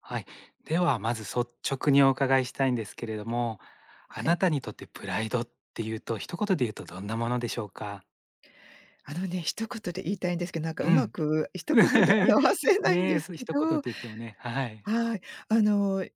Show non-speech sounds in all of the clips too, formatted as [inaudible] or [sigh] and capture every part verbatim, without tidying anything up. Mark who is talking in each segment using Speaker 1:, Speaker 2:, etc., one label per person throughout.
Speaker 1: はい。では、まず率直にお伺いしたいんですけれども、あ
Speaker 2: は
Speaker 1: な
Speaker 2: い。
Speaker 1: たにとってプライドっていうと、一言で言うとどんなものでしょうか？
Speaker 2: あのね、一言で言いたいんですけど、なんか
Speaker 1: う
Speaker 2: うま
Speaker 1: ん。
Speaker 2: く一言で表
Speaker 1: [laughs]
Speaker 2: せないん
Speaker 1: ね
Speaker 2: で
Speaker 1: え、
Speaker 2: す
Speaker 1: そう
Speaker 2: け
Speaker 1: 一言っ
Speaker 2: ど、
Speaker 1: て言ってもね、はい。
Speaker 2: はい。あの、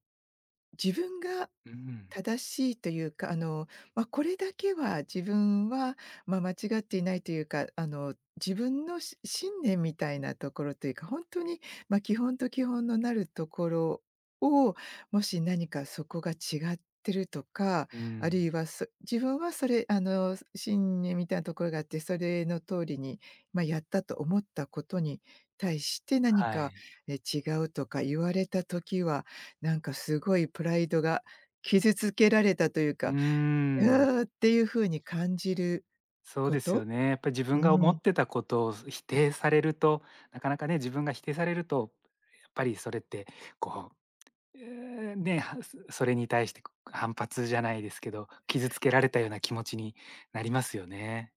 Speaker 2: 自分が
Speaker 1: うん。
Speaker 2: 正しいというか、あの、まあ、これだけは自分は、まあ、間違っていないというか、あの、自分のし信念みたいなところというか、本当に、まあ、基本と基本のなるところを、もし何かそこが違ってるとか、
Speaker 1: う
Speaker 2: あるい
Speaker 1: ん。
Speaker 2: は、そ自分はそれ、あの、信念みたいなところがあって、それの通りに、まあ、やったと思ったことに対して何
Speaker 1: は
Speaker 2: か、
Speaker 1: い。
Speaker 2: え、違うとか言われた時は、なんかすごいプライドが傷つけられたという
Speaker 1: うー
Speaker 2: か、うわ
Speaker 1: ん。
Speaker 2: ーっていう風に感じる
Speaker 1: そう
Speaker 2: こ
Speaker 1: ですよ
Speaker 2: と。
Speaker 1: ね。やっぱり自分
Speaker 2: う
Speaker 1: が思っ
Speaker 2: ん。
Speaker 1: てたことを否定されると、なかなかね、自分が否定されると、やっぱりそれってこうえーね、はそそれに対して、こ反発じゃないですけど、傷つけられたような気持ちになりますよね。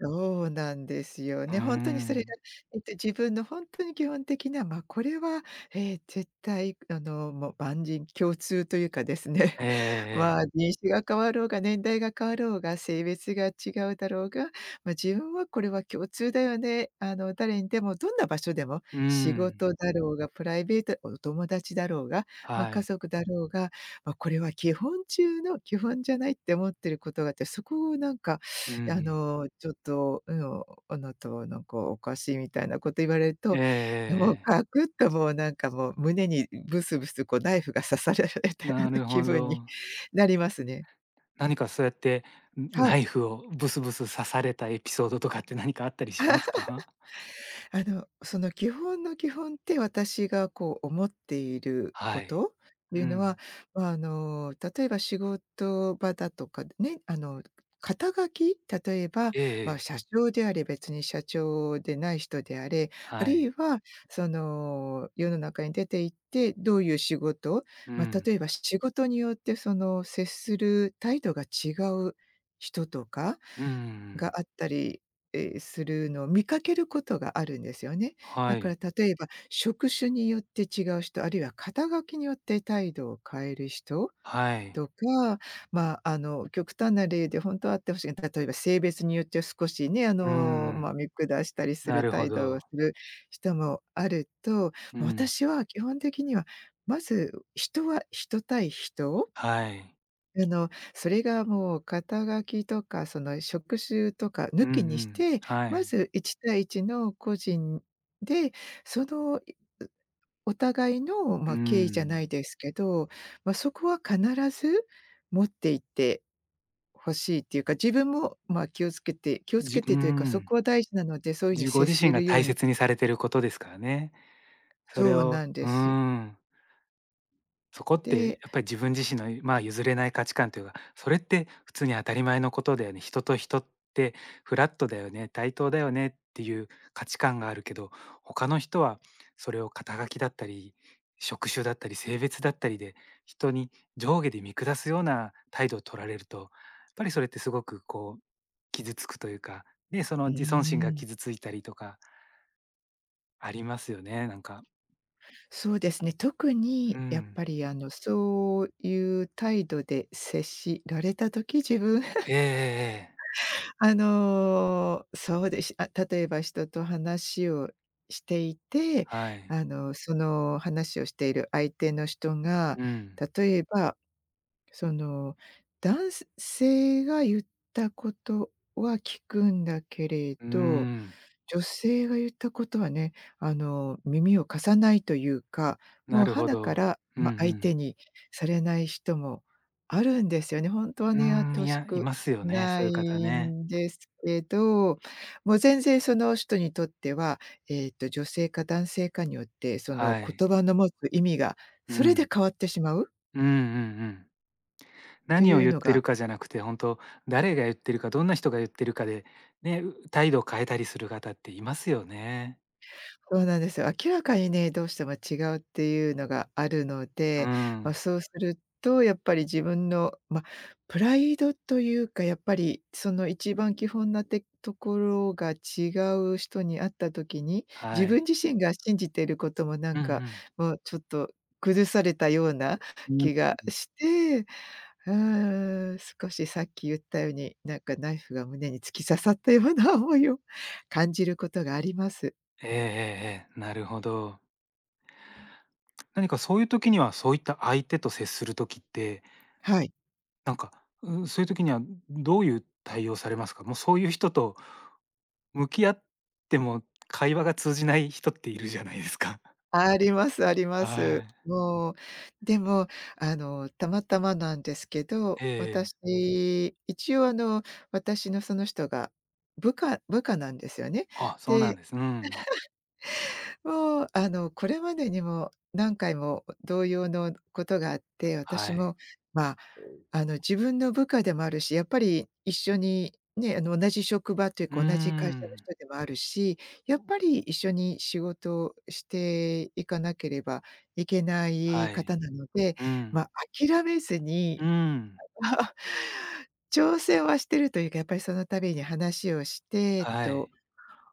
Speaker 2: そうなんですよ
Speaker 1: うー
Speaker 2: ね。本当にそれが、
Speaker 1: ん。
Speaker 2: えっと、自分の本当に基本的な、まあ、これは、えー絶対あの、もう万人共通というかですね、
Speaker 1: えええ
Speaker 2: [laughs] ま
Speaker 1: え
Speaker 2: あ、
Speaker 1: え。
Speaker 2: 人種が変わろうが、年代が変わろうが、性別が違うだろうが、まあ、自分はこれは共通だよね、あの、誰にでもどんな場所でも、
Speaker 1: うー
Speaker 2: 仕
Speaker 1: ん。
Speaker 2: 事だろうが、プライベートお友達だろうが、まあ、
Speaker 1: は
Speaker 2: 家
Speaker 1: い。
Speaker 2: 族だろうが、まあ、これは基本中の基本じゃないって思ってることがあって、そこをなんか
Speaker 1: うんう
Speaker 2: あ
Speaker 1: ん。
Speaker 2: の、ちょっと、うん、あなたはなんかおかしいみたいなこと言われると、
Speaker 1: ええええ
Speaker 2: もう
Speaker 1: ええ。
Speaker 2: ガクッともうなんかもう胸にブスブスこうナイフが刺されられたよう
Speaker 1: な
Speaker 2: な
Speaker 1: る
Speaker 2: 気
Speaker 1: ほ
Speaker 2: 分に
Speaker 1: ど。
Speaker 2: なりますね。
Speaker 1: 何かそうやって、ん
Speaker 2: は
Speaker 1: ナ
Speaker 2: い。
Speaker 1: イフをブスブス刺されたエピソードとかって何かあったりしますか？
Speaker 2: あの、その基本の基本って私がこう思っている
Speaker 1: は
Speaker 2: こ
Speaker 1: い。
Speaker 2: とって
Speaker 1: う
Speaker 2: いうの
Speaker 1: ん。
Speaker 2: は、まあ、あの、例えば仕事場だとかでね、あの、肩書き例えば、
Speaker 1: ええ
Speaker 2: まあ、
Speaker 1: ええ。
Speaker 2: 社長であれ、別に社長でない人であれ、あ
Speaker 1: は
Speaker 2: る
Speaker 1: い。
Speaker 2: いはその世の中に出て行って、どういう仕事、
Speaker 1: う
Speaker 2: まあ、
Speaker 1: ん。
Speaker 2: 例えば仕事によってその接する態度が違う人とか
Speaker 1: うんうんう
Speaker 2: が
Speaker 1: ん。
Speaker 2: あったりええ、するのを見かけることがあるんですよね。だ
Speaker 1: は
Speaker 2: か
Speaker 1: い。
Speaker 2: ら例えば、職種によって違う人、あるいは肩書きによって態度を変える人
Speaker 1: はい。
Speaker 2: とか、まあ、あの、極端な例で本当はあってほしい例えば性別によって少しね、あ
Speaker 1: うー
Speaker 2: の、
Speaker 1: ん。
Speaker 2: まあ、見下したりす
Speaker 1: な
Speaker 2: る
Speaker 1: るほ
Speaker 2: 態度を
Speaker 1: ど。
Speaker 2: する人もあると、
Speaker 1: うん。
Speaker 2: 私は基本的には、まず人は人対人
Speaker 1: はい。
Speaker 2: あの、それがもう肩書きとか、その職種とか
Speaker 1: う
Speaker 2: 抜
Speaker 1: んう
Speaker 2: きにし
Speaker 1: ん、
Speaker 2: て、
Speaker 1: は
Speaker 2: ま
Speaker 1: い。
Speaker 2: ずいち対いちの個人で、その、いお互いの、
Speaker 1: う
Speaker 2: ま、敬意じゃな
Speaker 1: ん。
Speaker 2: いですけど、ま、そこは必ず持っていって欲しいっていうか、自分も、ま、気をつけて気をつ
Speaker 1: じ
Speaker 2: け
Speaker 1: う
Speaker 2: てというか、そ
Speaker 1: ん。
Speaker 2: こは大事なので、そういう風に
Speaker 1: じご
Speaker 2: 接
Speaker 1: 自身
Speaker 2: す
Speaker 1: が
Speaker 2: るよう
Speaker 1: 大
Speaker 2: に
Speaker 1: 切にされてることですからね。それ
Speaker 2: そう
Speaker 1: を
Speaker 2: なんで
Speaker 1: うー
Speaker 2: すよ。
Speaker 1: ん。そこっ
Speaker 2: で
Speaker 1: てやっぱり自分自身の、まあ、譲れない価値観というか、それって普通に当たり前のことだよね。人と人ってフラットだよね、対等だよねっていう価値観があるけど、他の人はそれを肩書きだったり、職種だったり、性別だったりで人に上下で見下すような態度を取られると、やっぱりそれってすごくこう傷つくというか、で、その
Speaker 2: うー
Speaker 1: 自尊心が
Speaker 2: ん。
Speaker 1: 傷ついたりとかありますよね、なんか。
Speaker 2: そうですね、特
Speaker 1: う
Speaker 2: にやっ
Speaker 1: ん。
Speaker 2: ぱりあの、そういう態度で接しられた時、自分
Speaker 1: え
Speaker 2: [laughs]
Speaker 1: えええええ。
Speaker 2: あの、そうです。あ、例えば人と話をしていて、
Speaker 1: はい。
Speaker 2: あの、その話をしている相手の人が、
Speaker 1: うん。
Speaker 2: 例えば、その、男性が言ったことは聞くんだけれ
Speaker 1: うー
Speaker 2: ど
Speaker 1: ん、
Speaker 2: 女性が言ったことはね、あの、耳を貸さないというか、も
Speaker 1: な
Speaker 2: う
Speaker 1: るほ
Speaker 2: 鼻か
Speaker 1: ど。
Speaker 2: ら、
Speaker 1: うんう
Speaker 2: ま、相手
Speaker 1: ん。
Speaker 2: にされない人もあるんですよね。本当は
Speaker 1: う
Speaker 2: ね、やっ
Speaker 1: ーん、
Speaker 2: て欲
Speaker 1: い
Speaker 2: し
Speaker 1: や、い
Speaker 2: く
Speaker 1: ますよね、
Speaker 2: な
Speaker 1: そういう方
Speaker 2: い
Speaker 1: ね。
Speaker 2: んですけど、もう全然その人にとっては、えっと、女性か男性かによって、その
Speaker 1: はい。
Speaker 2: 言葉の持つ意味が、
Speaker 1: う
Speaker 2: それで
Speaker 1: ん。
Speaker 2: 変わってしまう
Speaker 1: うんうんうん。
Speaker 2: と
Speaker 1: 何を
Speaker 2: いう
Speaker 1: 言っ
Speaker 2: の
Speaker 1: てる
Speaker 2: が
Speaker 1: かじゃなくて、本当誰が言ってるか、どんな人が言ってるかで、ね、う態度を変えたりする方っていますよね。
Speaker 2: そうなんですよ。明らかにね、どうしても違うっていうのがあるの
Speaker 1: う
Speaker 2: で、ま、
Speaker 1: ん。
Speaker 2: そうするとやっぱり自分の、ま、プライドというか、やっぱりその一番基本なてところが違う人に会った時に、自
Speaker 1: はい。
Speaker 2: 分自身が信じていることもな
Speaker 1: う
Speaker 2: ん
Speaker 1: んう
Speaker 2: か、
Speaker 1: ん。
Speaker 2: もうちょっと崩されたような
Speaker 1: うん
Speaker 2: 気が
Speaker 1: う
Speaker 2: し
Speaker 1: ん。
Speaker 2: て、うーん、少しさっき言ったように、なんかナイフが胸に突き刺さったような思いを感じることがあります。
Speaker 1: ええええええ、なるほど。何かそういう時には、そういった相手と接する時って、
Speaker 2: はい。
Speaker 1: なんか、うんそういう時にはどういう対応されますか？もうそういう人と向き合っても会話が通じない人っているじゃないですか。[laughs]
Speaker 2: ありますありま
Speaker 1: は
Speaker 2: す。
Speaker 1: い。
Speaker 2: もう、でも、あの、たまたまなんですけど、
Speaker 1: ええ
Speaker 2: 私、一応あの、私のその人が部下部下なんですよね。
Speaker 1: あ、そうな
Speaker 2: で、
Speaker 1: んです。うん。
Speaker 2: もうあの、これまでにも何回も同様のことがあって、
Speaker 1: は
Speaker 2: 私
Speaker 1: い。
Speaker 2: も、まああの、自分の部下でもあるし、やっぱり一緒にね、あの、同じ職場という
Speaker 1: うー
Speaker 2: か同じ会社の
Speaker 1: ん。
Speaker 2: 人でもあるし、やっぱり一緒に仕事をしていかなければいけない
Speaker 1: はい。
Speaker 2: 方なので、
Speaker 1: う
Speaker 2: ま
Speaker 1: ん。
Speaker 2: あ、諦めずに、
Speaker 1: うん。
Speaker 2: [laughs] 挑戦はしてるというか、やっぱりその度に話をして
Speaker 1: は
Speaker 2: と
Speaker 1: い。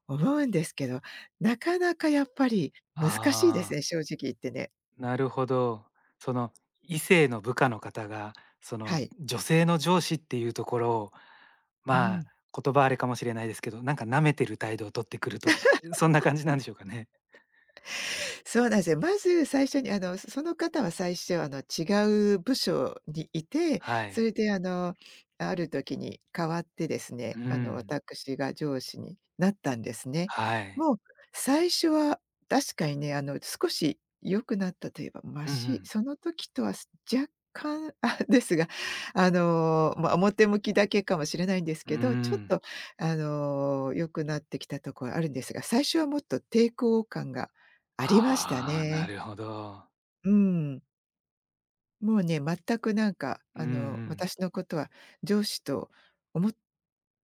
Speaker 2: 思うんですけど、なかなかやっぱり難しいです
Speaker 1: ああ、
Speaker 2: ね、正直言ってね。
Speaker 1: なるほど。その、異性の部下の方が、その、
Speaker 2: はい。
Speaker 1: 女性の上司っていうところを、
Speaker 2: う
Speaker 1: まあ、
Speaker 2: ん。
Speaker 1: 言葉あれかもしれないですけど、なんか舐めてる態度を取ってくると、そんな感じなんでしょうかね？
Speaker 2: そうなんですよ。まず最初にあの、その方は最初あの、違う部署にいて、
Speaker 1: は
Speaker 2: そ
Speaker 1: い。
Speaker 2: れであの、ある時に変わってですね、
Speaker 1: う
Speaker 2: あの、
Speaker 1: ん。
Speaker 2: 私が上司になったんですね。
Speaker 1: はい。
Speaker 2: もう最初は確かにね、あの、少し良くなったといえばマ
Speaker 1: うんう
Speaker 2: シ
Speaker 1: ん。
Speaker 2: その時とは若干、あ、[laughs] ですが、あの、まあ、表向きだけかもしれないんです
Speaker 1: うー
Speaker 2: けど、ちょっ
Speaker 1: ん。
Speaker 2: とあの、良くなってきたところあるんですが、最初はもっと抵抗感がありました
Speaker 1: ああ、な
Speaker 2: ね。
Speaker 1: るほど。
Speaker 2: うん。もうね、全くなんか、
Speaker 1: う
Speaker 2: あ
Speaker 1: んう
Speaker 2: の、
Speaker 1: ん。
Speaker 2: 私のことは上司と思っ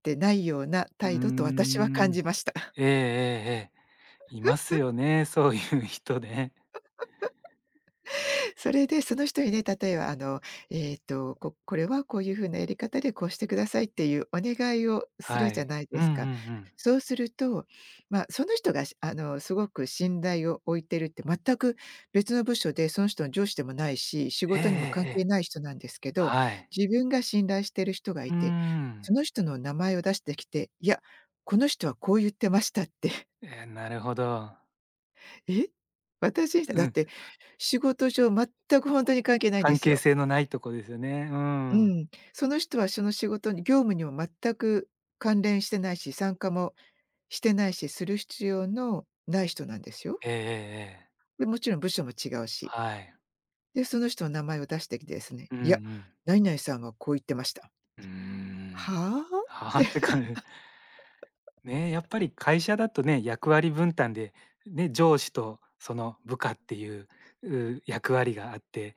Speaker 2: てないような
Speaker 1: う
Speaker 2: 態度と
Speaker 1: ー
Speaker 2: 私は感
Speaker 1: ん。
Speaker 2: じました。
Speaker 1: ええええええ。いますよね、そういう人ね。
Speaker 2: それでその人にね、例えばあの、えっと、ここれはこういう風なやり方でこうしてくださいっていうお願いをす
Speaker 1: は
Speaker 2: るじゃ
Speaker 1: い。
Speaker 2: ない
Speaker 1: う
Speaker 2: で
Speaker 1: んうん
Speaker 2: す
Speaker 1: う
Speaker 2: か。
Speaker 1: ん。
Speaker 2: そうすると、ま、その人がしあの、すごく信頼を置いてるって全く別の部署で、その人の上司でもないし、仕
Speaker 1: えええ
Speaker 2: 事にも関
Speaker 1: ええ
Speaker 2: 係
Speaker 1: え。
Speaker 2: ない人なんですけど、
Speaker 1: はい。
Speaker 2: 自分が信頼してる人がい
Speaker 1: うー
Speaker 2: て、
Speaker 1: ん。
Speaker 2: その人の名前を出してきて、いや、この人はこう言ってましたって。
Speaker 1: ええ、なるほど。
Speaker 2: [laughs] え、私だ
Speaker 1: う
Speaker 2: っ
Speaker 1: ん、
Speaker 2: て仕事上全くほんとに関係ないんで
Speaker 1: 関
Speaker 2: す
Speaker 1: 係
Speaker 2: よ。
Speaker 1: 性のないとこですよね。う
Speaker 2: う
Speaker 1: ん。
Speaker 2: ん、その人はその仕事に業務にも全く関連してないし、参加もしてないし、する必要のない人なんですよ。
Speaker 1: ええええええ。
Speaker 2: で、もちろん部署も違うし。
Speaker 1: はい。
Speaker 2: で、その人の名前を出してきてですね、
Speaker 1: うんう
Speaker 2: 「いや、
Speaker 1: ん。
Speaker 2: 何々さんはこう言ってました」
Speaker 1: うーん。
Speaker 2: 「はあ？」っ
Speaker 1: はあ
Speaker 2: て
Speaker 1: ってかね、やっぱり会社だとね、役割分担で、ね、上司とその部下っていう、う役割があって、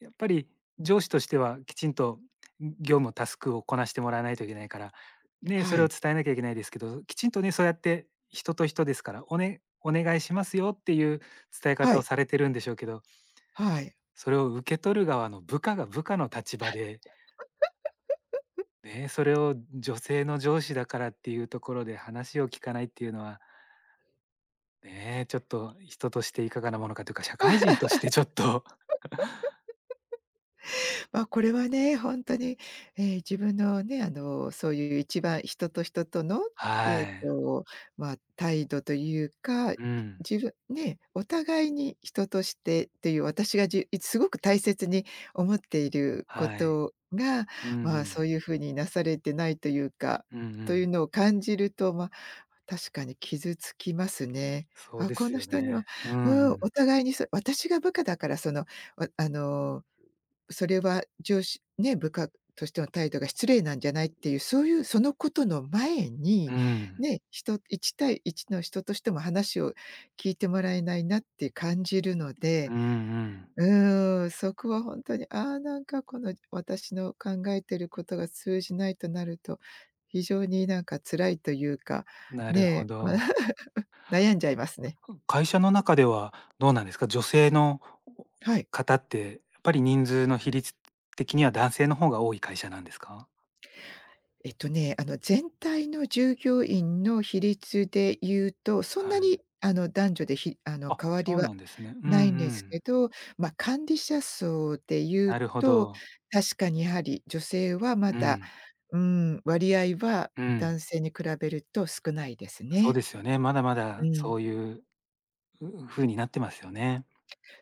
Speaker 1: やっぱり上司としてはきちんと業務タスクをこなしてもらわないといけないから、ね、
Speaker 2: は
Speaker 1: それを
Speaker 2: い、
Speaker 1: 伝えなきゃいけないですけど、きちんとね、そうやって人と人ですから、おねお願いしますよっていう伝え
Speaker 2: は
Speaker 1: 方を
Speaker 2: い、
Speaker 1: されてるんでしょうけど、
Speaker 2: はい。
Speaker 1: それを受け取る側の部下が部下の立場で、ね、それを女性の上司だからっていうところで話を聞かないっていうのはねえ、ちょっと人としていかがなものかというか、社会人としてちょっと [laughs]、
Speaker 2: まあ、これはね、本当に、えー自分のね、あの、そういう一番人と人との、
Speaker 1: は
Speaker 2: えっ
Speaker 1: い。
Speaker 2: と、まあ、態度というか、
Speaker 1: うん。
Speaker 2: 自分ね、お互いに人としてっていう、私がじゅすごく大切に思っているこ
Speaker 1: はい。
Speaker 2: とが、
Speaker 1: うん
Speaker 2: まあ、
Speaker 1: う
Speaker 2: そう
Speaker 1: ん。
Speaker 2: いうふうになされてないというか、
Speaker 1: うんう
Speaker 2: とい
Speaker 1: ん。
Speaker 2: うのを感じると、まあ、確かに傷つきますね。
Speaker 1: そう
Speaker 2: あ、
Speaker 1: で
Speaker 2: こ
Speaker 1: す
Speaker 2: の
Speaker 1: よ
Speaker 2: 人には
Speaker 1: ね。う
Speaker 2: う
Speaker 1: んう
Speaker 2: ん、お
Speaker 1: ん。
Speaker 2: 互いにそ私が部下だから、その、わあのそれは上司ね、部下としての態度が失礼なんじゃないっていう、そういうそのことの前に、
Speaker 1: うん。
Speaker 2: ね、人いち対いちの人としても話を聞いてもらえないなって感じるの
Speaker 1: う
Speaker 2: で、
Speaker 1: んうん。
Speaker 2: うーん、そこは本当に、ああ、なんかこの私の考えてることが通じないとなると、非常になんか辛いというか、
Speaker 1: なるほ
Speaker 2: ねえ、
Speaker 1: ど。
Speaker 2: [laughs] 悩んじゃいますね。
Speaker 1: 会社の中ではどうなんですか？女性の
Speaker 2: はい。
Speaker 1: 方って、やっぱり人数の比率的には男性の方が多い会社なんですか？
Speaker 2: えっとね、あの、全体の従業員の比率で言うと、そん
Speaker 1: は
Speaker 2: な
Speaker 1: い。
Speaker 2: にあの、男女でひあの、
Speaker 1: あ、
Speaker 2: 変わり
Speaker 1: そう
Speaker 2: は
Speaker 1: なんですね。うんう
Speaker 2: ないんです
Speaker 1: ん。
Speaker 2: けど、まあ、管理者層で言
Speaker 1: な
Speaker 2: う
Speaker 1: るほ
Speaker 2: と、
Speaker 1: ど。
Speaker 2: 確かにやはり女性はま
Speaker 1: う
Speaker 2: だ、
Speaker 1: ん。
Speaker 2: うん、割合は
Speaker 1: うん。
Speaker 2: 男性に比べると少ないです
Speaker 1: そう
Speaker 2: ね。
Speaker 1: ですよね。まだま
Speaker 2: う
Speaker 1: だ
Speaker 2: ん。
Speaker 1: そういう、う風になってますよね。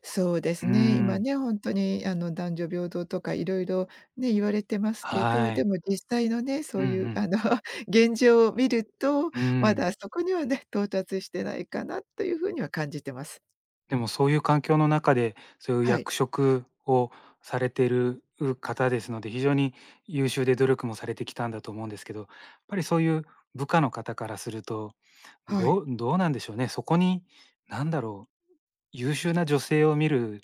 Speaker 2: そうです
Speaker 1: うー
Speaker 2: ね。今
Speaker 1: ん。
Speaker 2: ね、本当にあの、男女平等とかいろいろね、言われてますけど、
Speaker 1: は
Speaker 2: で
Speaker 1: い。
Speaker 2: も実際のね、そ
Speaker 1: うん
Speaker 2: う
Speaker 1: う
Speaker 2: いう
Speaker 1: ん。
Speaker 2: あの [laughs]、現状を見ると、
Speaker 1: う
Speaker 2: ま
Speaker 1: ん。
Speaker 2: だそこにはね、到達してないかなというふうには感じてます。
Speaker 1: でもそういう環境の中で、そういう
Speaker 2: はい、
Speaker 1: 役職をされてる、方ですので、非常に優秀で努力もされてきたんだと思うんですけど、やっぱりそういう部下の方からすると、
Speaker 2: はい。
Speaker 1: どうどうなんでしょうね。そこに、なんだろう、優秀な女性を見る、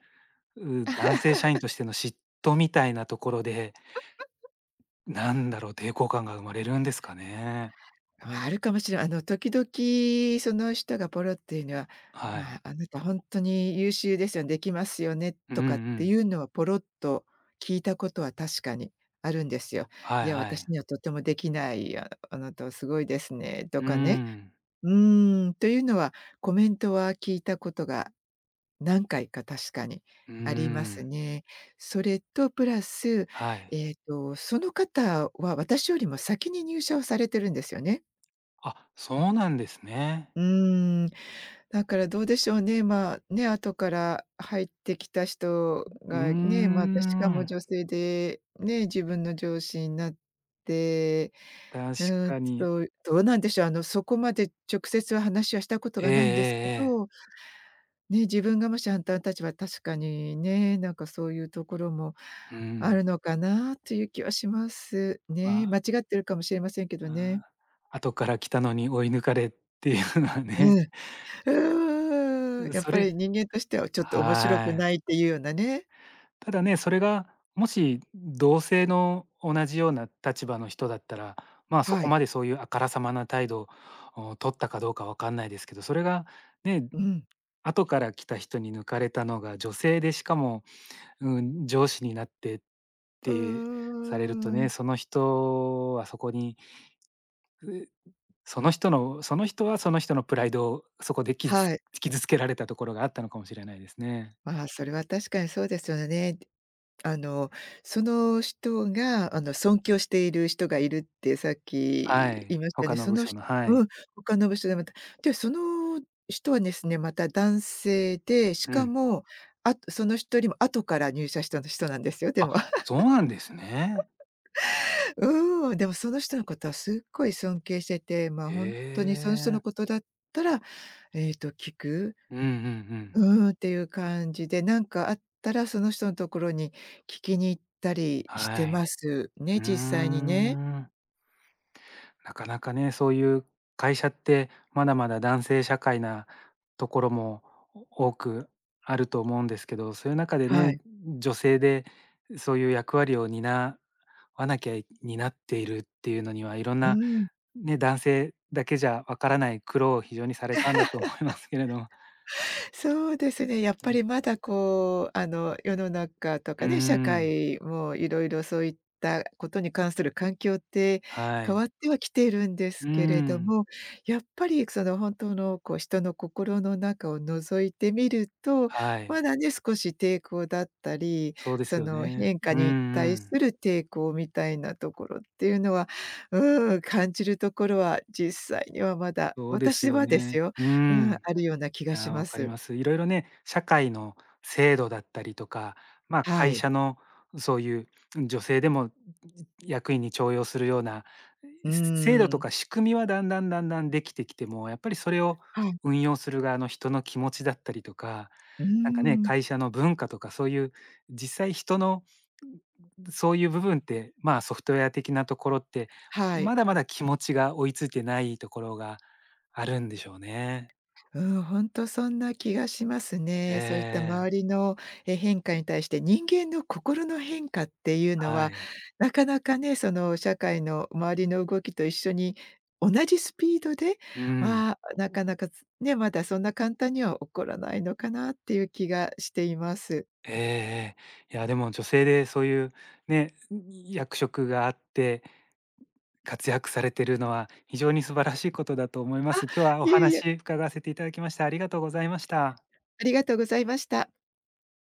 Speaker 1: う男性社員としての嫉妬みたいなところで、なんだろう、抵抗感が生まれるんですかね？
Speaker 2: まああるかもしれないあの、時々その人がポロっていうのは、
Speaker 1: は
Speaker 2: まあ、
Speaker 1: い。
Speaker 2: あなた本当に優秀ですよね、できますよね
Speaker 1: うん
Speaker 2: と
Speaker 1: う
Speaker 2: かって
Speaker 1: ん。
Speaker 2: いうのはポロっと聞いたことは確かにあるんですよ。
Speaker 1: は
Speaker 2: い
Speaker 1: い
Speaker 2: や、
Speaker 1: は
Speaker 2: 私
Speaker 1: い。
Speaker 2: にはとてもできない、ああなたはすごいですねと
Speaker 1: うー
Speaker 2: かね。
Speaker 1: ん。
Speaker 2: うーん、というのはコメントは聞いたことが何回か確かに
Speaker 1: うー
Speaker 2: あります
Speaker 1: ん。
Speaker 2: ね。それとプラス、
Speaker 1: はい。
Speaker 2: えっと、その方は私よりも先に入社をされてるんですよね。
Speaker 1: あ、そうなんですね。
Speaker 2: うーん、だからどうでしょうね、まあ、ね、後から入ってきた人
Speaker 1: うー
Speaker 2: がね、またしかも
Speaker 1: ん、
Speaker 2: 女性で、ね、自分の上司になって、
Speaker 1: 確
Speaker 2: うーん
Speaker 1: か
Speaker 2: と、
Speaker 1: に。
Speaker 2: どうどうなんでしょう、あの、そこまで直接は話はしたこと
Speaker 1: ええ
Speaker 2: が
Speaker 1: ええ
Speaker 2: ないんですけ
Speaker 1: ええ。
Speaker 2: ど、ね、自分がもしあんたの立場確かにね、なんかそういうところも
Speaker 1: う
Speaker 2: あ
Speaker 1: ん。
Speaker 2: るのかなという気はします
Speaker 1: ま
Speaker 2: ね。間
Speaker 1: あ、
Speaker 2: 違ってるかもしれませんけど
Speaker 1: あ
Speaker 2: ね。
Speaker 1: あ、後から来たのに追い抜かれっていうのは
Speaker 2: う
Speaker 1: ね、
Speaker 2: ん。うーん、
Speaker 1: う
Speaker 2: やっ
Speaker 1: そ
Speaker 2: ぱ
Speaker 1: れ
Speaker 2: り人間としてはちょっと面白く
Speaker 1: はい。
Speaker 2: ないっていうようなね。
Speaker 1: ただね、それがもし同性の同じような立場の人だったら、まあ、そ
Speaker 2: は
Speaker 1: こ
Speaker 2: い。
Speaker 1: までそういうあからさまな態度を取ったかどうかわかんないですけど、それがね、
Speaker 2: うん。
Speaker 1: 後から来た人に抜かれたのが女性で、しかも、うん、上司になってっ
Speaker 2: う
Speaker 1: て
Speaker 2: ー
Speaker 1: されるとね、
Speaker 2: ん。
Speaker 1: その人はそこに、うその人のその人はその人のプライドをそこで傷つ
Speaker 2: はい。
Speaker 1: 傷つけられたところがあったのかもしれないですね。
Speaker 2: まあ、それは確かにそうですよね。あの、その人が、あの、尊敬している人がいるってさっ
Speaker 1: は
Speaker 2: き
Speaker 1: い、
Speaker 2: 言いましたよ
Speaker 1: 他
Speaker 2: ね。
Speaker 1: の
Speaker 2: そ
Speaker 1: 部
Speaker 2: の
Speaker 1: 署
Speaker 2: 人
Speaker 1: の、は
Speaker 2: う
Speaker 1: い。
Speaker 2: ん、他の部署でまた。で、その人はですね、また男性で、し
Speaker 1: う
Speaker 2: か
Speaker 1: ん。
Speaker 2: も、あその人よりも後から入社した人なんですよ、で
Speaker 1: あ、
Speaker 2: も。
Speaker 1: そうなんですね。
Speaker 2: うーん、でもその人のことはすっごい尊敬してて、まあ、ほんとに
Speaker 1: へ
Speaker 2: その人のこ
Speaker 1: え。
Speaker 2: とだったら、えっと、聞く、
Speaker 1: うんうんうん。
Speaker 2: うーんっていう感じで、なんかあったらその人のところに聞きに行ったりして
Speaker 1: はい。
Speaker 2: ます
Speaker 1: う
Speaker 2: ね、実際
Speaker 1: ー
Speaker 2: にね。
Speaker 1: ん。なかなかね、そういう会社ってまだまだ男性社会なところも多くあると思うんですけど、そういう中で
Speaker 2: は
Speaker 1: ね、
Speaker 2: い。
Speaker 1: 女性でそういう役割を担わなきゃい担っているっていうのには、いろん
Speaker 2: うー
Speaker 1: な
Speaker 2: ん。
Speaker 1: ね、男性だけじゃわからない苦労を非常にされたんだと思いますけれども。
Speaker 2: そうですね。やっ
Speaker 1: う
Speaker 2: ぱ
Speaker 1: ん。
Speaker 2: りまだこう、あの、世の中と
Speaker 1: うー
Speaker 2: かね、社
Speaker 1: ん、
Speaker 2: 会もいろいろそういったことに関する環境って
Speaker 1: は
Speaker 2: 変
Speaker 1: い。
Speaker 2: わってはきているんで
Speaker 1: う
Speaker 2: す
Speaker 1: ー
Speaker 2: けれど
Speaker 1: ん、
Speaker 2: も、やっぱりその本当のこう人の心の中を覗いてみると、
Speaker 1: はい。
Speaker 2: まだね、少し抵抗だったり、
Speaker 1: そうです
Speaker 2: そ
Speaker 1: よ
Speaker 2: の
Speaker 1: ね。
Speaker 2: 変化
Speaker 1: うん
Speaker 2: に
Speaker 1: う
Speaker 2: 対す
Speaker 1: ん。
Speaker 2: る抵抗みたいなところっていうのは、うん、感じるところは実際にはまだ、
Speaker 1: そうです
Speaker 2: 私
Speaker 1: よ
Speaker 2: はです
Speaker 1: ね。
Speaker 2: よ、
Speaker 1: うー
Speaker 2: うん、あ
Speaker 1: ん。
Speaker 2: るような気
Speaker 1: い
Speaker 2: がし
Speaker 1: やー、
Speaker 2: ま
Speaker 1: 分かり
Speaker 2: す。
Speaker 1: ます。いろいろね、社会の制度だったりとか、まあ、
Speaker 2: は
Speaker 1: 会
Speaker 2: い。
Speaker 1: 社のそういう女性でも役員に重用するような
Speaker 2: う
Speaker 1: 制度と
Speaker 2: ーん。
Speaker 1: か仕組みはだんだんだんだんできてきても、やっぱりそれを
Speaker 2: はい。
Speaker 1: 運用する側の人の気持ちだったりとか、
Speaker 2: うー
Speaker 1: なんかね、
Speaker 2: ん。
Speaker 1: 会社の文化とかそういう実際人のそういう部分って、まあ、ソフトウェア的なところって、
Speaker 2: はい。
Speaker 1: まだまだ気持ちが追いついてないところがあるんでしょうね。
Speaker 2: うん、ほんとそんな気がしますね。そういった
Speaker 1: え
Speaker 2: 周
Speaker 1: え
Speaker 2: りの、え、変化に対して、人間の心の変化っていうの
Speaker 1: は
Speaker 2: は、
Speaker 1: い。
Speaker 2: なかなかね、その社会の周りの動きと一緒に同じスピードで
Speaker 1: うん。
Speaker 2: は、なかなか、つね、まだそんな簡単には起こらないのかなっていう気がしています。
Speaker 1: ええええ。いや、でも女性でそういうね、役職があって活躍されてるのは非常に素晴らしいことだと思いま
Speaker 2: あ、
Speaker 1: す。今日はお
Speaker 2: いえいえ、
Speaker 1: 話伺わせていただきましてありがとうございました。
Speaker 2: ありがとうございました。